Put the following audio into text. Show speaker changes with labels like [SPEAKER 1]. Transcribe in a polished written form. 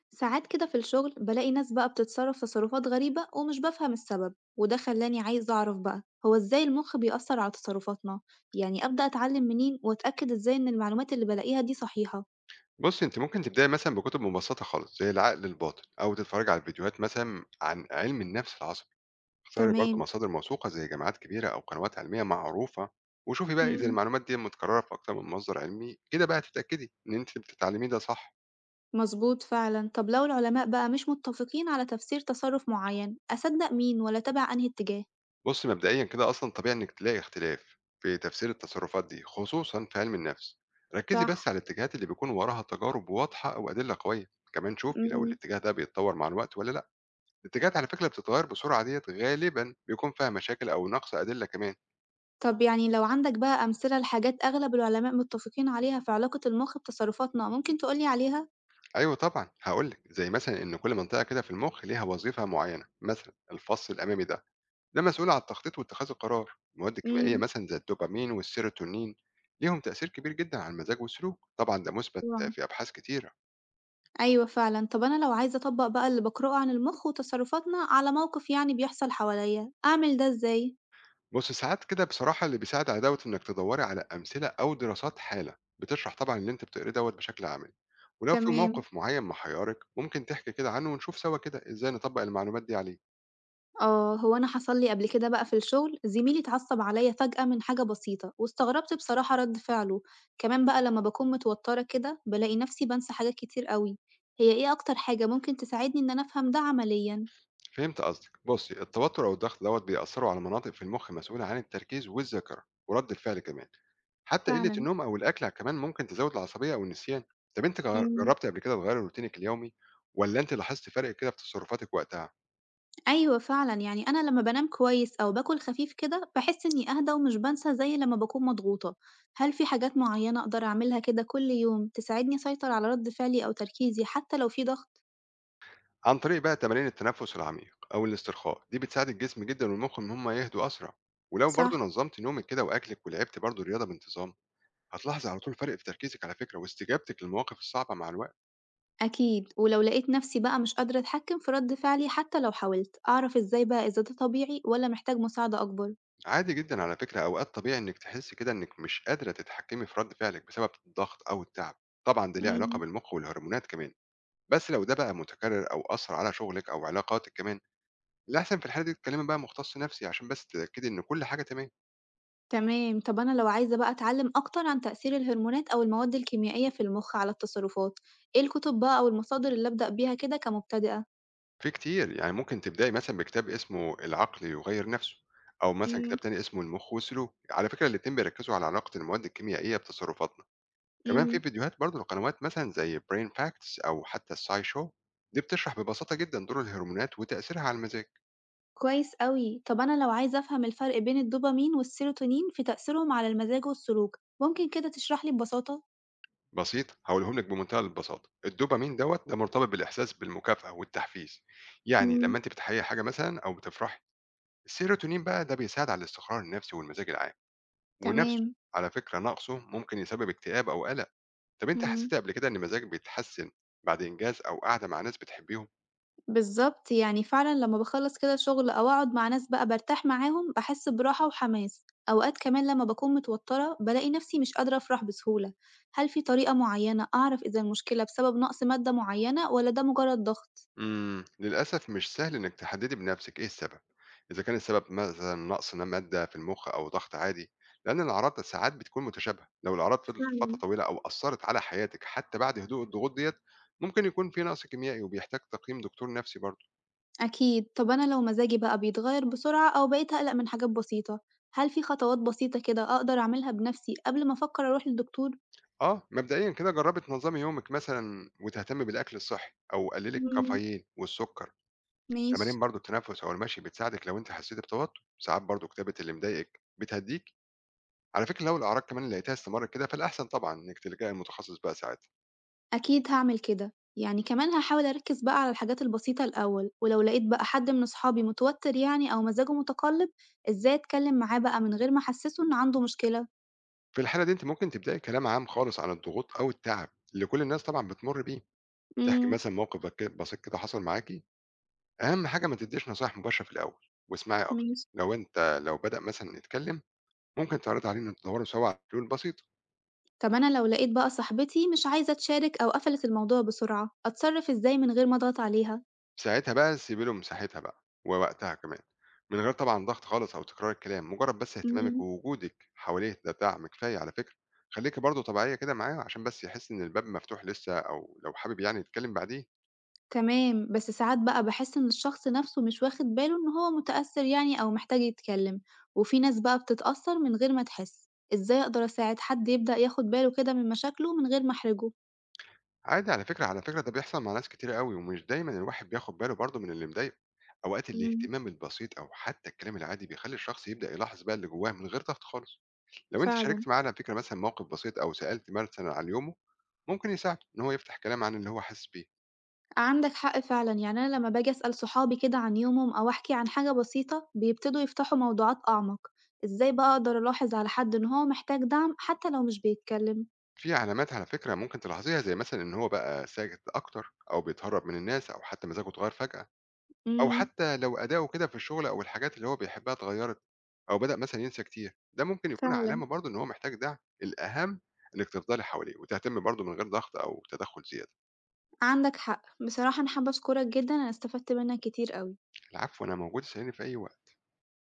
[SPEAKER 1] ساعات كده في الشغل بلاقي ناس بقى بتتصرف تصرفات غريبة ومش بفهم السبب، وده خلاني عايز أعرف بقى هو إزاي المخ بيأثر على تصرفاتنا. يعني أبدأ أتعلم منين وأتأكد إزاي إن المعلومات اللي بلاقيها دي صحيحة؟
[SPEAKER 2] بُصّي، أنتِ ممكن تبدئي مثلًا بكُتب مبسّطة خالص، زي العقل الباطن، أو تتفرّجي على فيديوهات مثلًا عن علم النفس العصبي، اختاري برضه
[SPEAKER 1] تمام.
[SPEAKER 2] مصادر موثوقة زي جامعات كبيرة أو قنوات علمية معروفة، وشوفي بقى إذا
[SPEAKER 1] مم.
[SPEAKER 2] المعلومات دي متكررة في أكتر من مصدر علمي، كده بقى تتأكدي إن أنتِ بتتعلميه ده صح.
[SPEAKER 1] مظبوط فعلا. طب لو العلماء بقى مش متفقين على تفسير تصرف معين، أصدق مين ولا أتابع أنهي اتجاه؟
[SPEAKER 2] بُصّي، مبدئيًا كده أصلًا طبيعي إنِّك تلاقي اختلاف في تفسير التصرفات دي، خصوصًا في علم النفس. ركّزي بس
[SPEAKER 1] صح.
[SPEAKER 2] على الاتجاهات اللي بيكون وراها تجارب واضحة وأدلة قوية، كمان شوفي لو
[SPEAKER 1] مم.
[SPEAKER 2] الاتجاه ده بيتطور مع الوقت والّا لأ. الاتجاهات على فكرة اللي بتتغير بسرعة ديت غالبا بيكون فيها مشاكل أو نقص أدلة كمان.
[SPEAKER 1] طب يعني لو عندك بقى أمثلة لحاجات أغلب العلماء متفقين عليها في علاقة المخ بتصرفاتنا، ممكن تقولي عليها؟
[SPEAKER 2] أيوة طبعا هقولك زي مثلا إن كل منطقة كده في المخ ليها وظيفة معينة، مثلا الفص الأمامي ده مسؤول على التخطيط واتخاذ القرار. المواد الكيميائية
[SPEAKER 1] مم.
[SPEAKER 2] مثلا زي الدوبامين والسيروتونين ليهم تأثير كبير جدا على المزاج والسلوك، طبعا ده مثبت في أبحاث كتير.
[SPEAKER 1] أيوه فعلًا، طب أنا لو عايزة أطبّق بقى اللي باقرأه عن المُخ وتصرفاتنا على موقف يعني بيحصل حواليّا، أعمل ده إزاي؟
[SPEAKER 2] بُصّي، ساعات كده بصراحة اللي بيساعد على دوّة إنِّك تدوّري على أمثلة أو دراسات حالة، بتشرح طبعًا اللي أنتِ بتقريه دوّة بشكل عملي، ولو في
[SPEAKER 1] تمام،
[SPEAKER 2] موقف معيّن محيّرِك ممكن تحكي كده عنه ونشوف سوا كده إزاي نطبّق المعلومات دي عليه.
[SPEAKER 1] آه، هو أنا حصل لي قبل كده بقى في الشغل زميلي اتعصب عليَّ فجأة من حاجة بسيطة، واستغربت بصراحة رد فعله، كمان بقى لمّا باكون متوترة كده بالاقي نفسي بانسى حاجات كتير أوي، هي إيه أكتر حاجة ممكن تساعدني إن أنا أفهم ده عمليًا؟
[SPEAKER 2] فهمت قصدك. بُصّي، التوتر أو الضغط دوّة بيأثّروا على مناطق في المُخ مسؤولة عن التركيز والذاكرة ورَد الفعل كمان، حتى قِلّة
[SPEAKER 1] فعلًا.
[SPEAKER 2] النوم أو الأكل كمان ممكن تزوّد العصبية أو النسيان. طَب أنتِ
[SPEAKER 1] إمم.
[SPEAKER 2] جرّبتِ قبل كده تغيّري روتينِك اليومي والّا أنتِ لاحظتِ فرق كده في تصرُّفاتِك وقتها؟
[SPEAKER 1] أيوه فعلًا، يعني أنا لمّا بانام كويس أو باكل خفيف كده، باحس إني أهدى ومش بانسى زي لمّا باكون مضغوطة. هل في حاجات معيّنة أقدر أعملها كده كل يوم تساعدني أسيطر على رد فعلي أو تركيزي حتى لو في ضغط؟
[SPEAKER 2] عن طريق بقى تمارين التنفس العميق أو الاسترخاء دي بتساعد الجسم جدا والمخ إن هم يهدوا أسرع، ولو برضو
[SPEAKER 1] صح.
[SPEAKER 2] نظمت نومك كده وأكلك ولعبت برضو رياضة بانتظام هتلاحظ على طول فرق في تركيزك على فكرة واستجابتك للمواقف الصعبة مع الوقت.
[SPEAKER 1] أكيد، ولو لقيت نفسي بقى مش قادرة أتحكم في رد فعلي حتى لو حاولت، أعرف إزاي بقى إذا ده طبيعي والّا محتاج مساعدة أكبر؟
[SPEAKER 2] عادي جدا على فكرة، أوقات طبيعي إنك تحس كده إنك مش قادرة تتحكمي في رد فعلك بسبب الضغط أو التعب، طبعا ده ليه علاقة
[SPEAKER 1] امم.
[SPEAKER 2] بالمخ والهرمونات كمان. بس لو ده بقى متكرر أو أثر على شغلك أو علاقاتك كمان، الأحسن في الحالة دي تتكلمي بقى مختص نفسي عشان بس تتأكدي إن كل حاجة تمام.
[SPEAKER 1] تمام، طب أنا لو عايزة بقى أتعلم أكتر عن تأثير الهرمونات أو المواد الكيميائية في المخ على التصرفات، إيه الكتب بقى أو المصادر اللي أبدأ بيها كده كمبتدئة؟
[SPEAKER 2] في كتير، يعني ممكن تبدئي مثلًا بكتاب اسمه العقل يغيّر نَفْسه، أو مثلًا كتاب تاني اسمه المُخ والسلوك، على فكرة الاتنين بيركّزوا على علاقة المواد الكيميائية بتصرفاتنا، كمان في
[SPEAKER 1] إمم.
[SPEAKER 2] فيديوهات برضه لقنوات مثلًا زي brain facts أو حتى الscishow، دي بتشرح ببساطة جدًا دور الهرمونات وتأثيرها على المزاج.
[SPEAKER 1] كويس أوي. طب أنا لو عايزة أفهم الفرق بين الدوبامين والسيروتونين في تأثيرهم على المزاج والسلوك، ممكن كده تشرح لي ببساطة؟
[SPEAKER 2] بسيط هاقولهم لِك بمنتهى البساطة، الدوبامين دوّة ده مرتبط بالإحساس بالمكافأة والتحفيز، يعني
[SPEAKER 1] إمم.
[SPEAKER 2] لمّا أنتِ بتحققي حاجة مثلًا أو بتفرحي، السيروتونين بقى ده بيساعد على الاستقرار النَفْسي والمزاج العام. ونفسه
[SPEAKER 1] تمام.
[SPEAKER 2] على فكرة نقصه ممكن يسبب اكتئاب أو قلق. طب أنت
[SPEAKER 1] إمم.
[SPEAKER 2] حسيت قبل كده إن مزاجك بيتحسن بعد إنجاز أو قعدة مع ناس بتحبيهم؟
[SPEAKER 1] بالضبط. يعني فعلًا لمّا باخلّص كده شغل أو أقعد مع ناس بقى بارتاح معاهم، باحس براحة وحماس. أوقات كمان لمّا باكون متوترة، بالاقي نفسي مش قادرة أفرح بسهولة. هل في طريقة معينة أعرف إذا المشكلة بسبب نقص مادة معينة والّا ده مجرد ضغط؟
[SPEAKER 2] للأسف مش سهل إنك تحددي بنفسك إيه السبب، إذا كان السبب مثلا نقص مادة في المخ أو ضغط عادي، لأن الأعراض ساعات بتكون متشابهة. لو الأعراض فضلت فترة
[SPEAKER 1] فعلًا.
[SPEAKER 2] طويلة أو أثرت على حياتك حتى بعد هدوء الضغوط ديت، ممكن يكون في نقص كيميائي وبيحتاج تقييم دكتور نفسي برضه.
[SPEAKER 1] أكيد، طب أنا لو مزاجي بقى بيتغير بسرعة أو بقيت أقلق من حاجات بسيطة، هل في خطوات بسيطة كده أقدر أعملها بنفسي قبل ما أفكر أروح للدكتور؟
[SPEAKER 2] اه مبدئيا كده جربي تنظمي يومك مثلا وتهتمي بالاكل الصحي او قللي
[SPEAKER 1] مم.
[SPEAKER 2] الكافيين والسكر.
[SPEAKER 1] ماشي.
[SPEAKER 2] تمارين برضه التنفس أو المشي بتساعدِك لو أنتِ حسيتِ بتوتر، ساعات برضه كتابة اللي مضايقِك بتهدّيكِ، على فكرة لو الأعراض كمان لقيتيها استمرت كده فالأحسن طبعًا إنِّك تلجئي لمتخصص بقى ساعتها.
[SPEAKER 1] أكيد هعمل كده، يعني كمان هحاول أركز بقى على الحاجات البسيطة الأول، ولو لقيت بقى حد من أصحابي متوتر يعني أو مزاجه متقلب، إزاي أتكلم معاه بقى من غير ما أحسسه إن عنده مشكلة؟
[SPEAKER 2] في الحالة دي أنتِ ممكن تبدئي كلام عام خالص عن الضغوط أو التعب اللي كل الناس طبعًا بتمُر بيه، تحكي
[SPEAKER 1] امم.
[SPEAKER 2] مثلًا موقف بك بسيط كده حصل معاكِ. أهم حاجة ما تدّيش نصايح مباشرة في الأول واسمعي أكتر،
[SPEAKER 1] ماشي،
[SPEAKER 2] لو بدأ مثلًا يتكلم ممكن تعرضي عليه إنه تدوّروا سوا على حلول بسيطة.
[SPEAKER 1] طب أنا لو لقيت بقى صاحبتي مش عايزة تشارك أو قفلت الموضوع بسرعة، أتصرف إزاي من غير ما أضغط عليها؟
[SPEAKER 2] ساعتها بقى سيبي له مساحتها بقى، ووقتها كمان، من غير طبعًا ضغط خالص أو تكرار الكلام، مجرد بس اهتمامِك
[SPEAKER 1] مم.
[SPEAKER 2] ووجودِك حواليه ده دعم كفاية على فكرة. خليكِ برضه طبيعية كده معاه عشان بس يحس إن الباب مفتوح لسه أو لو حابب يعني يتكلم بعديه.
[SPEAKER 1] تمام، بس ساعات بقى باحس إن الشخص نَفْسه مش واخد باله إن هو متأثّر يعني أو محتاج يتكلّم، وفي ناس بقى بتتأثّر من غير ما تحس، إزاي أقدر أساعد حد يبدأ ياخد باله كده من مشاكله من غير ما أحرجه؟
[SPEAKER 2] عادي على فكرة، ده بيحصل مع ناس كتيرة أوي ومش دايمًا الواحد بياخد باله برضه من اللي مضايقه. أوقات
[SPEAKER 1] إمم.
[SPEAKER 2] الاهتمام البسيط أو حتى الكلام العادي بيخلّي الشخص يبدأ يلاحظ بقى اللي جواه من غير ضغط خالص. لو أنتِ
[SPEAKER 1] فعلًا.
[SPEAKER 2] شاركتِ معاه على فكرة مثلًا موقف بسيط أو سألتِ مثلًا عن يومه، ممكن يساعده إن هو يفتح كلام عن اللي هو حاسس بيه.
[SPEAKER 1] عندك حق فعلًا، يعني أنا لمّا باجي أسأل صحابي كده عن يومهم أو أحكي عن حاجة بسيطة، بيبتدوا يفتحوا موضوعات أعمق. إزاي بقى أقدر ألاحظ على حد إن هو محتاج دعم حتى لو مش بيتكلّم؟
[SPEAKER 2] في علامات على فكرة ممكن تلاحظيها زي مثلًا إن هو بقى ساكت أكتر أو بيتهرب من الناس أو حتى مزاجه اتغيّر فجأة، أو
[SPEAKER 1] إمم.
[SPEAKER 2] حتى لو أداؤه كده في الشغل أو الحاجات اللي هو بيحبها اتغيّرت، أو بدأ مثلًا ينسى كتير، ده ممكن يكون
[SPEAKER 1] فعلًا.
[SPEAKER 2] علامة برضه إن هو محتاج دعم. الأهم إنِّك تفضلي حواليه وتهتمي برضه من غير ضغط أو تدخُّل زيادة.
[SPEAKER 1] عندك حق، بصراحة أنا حابة أشكرك جدًا، أنا استفدت منّك كتير أوي.
[SPEAKER 2] العفو، أنا موجود، اسأليني في أي وقت.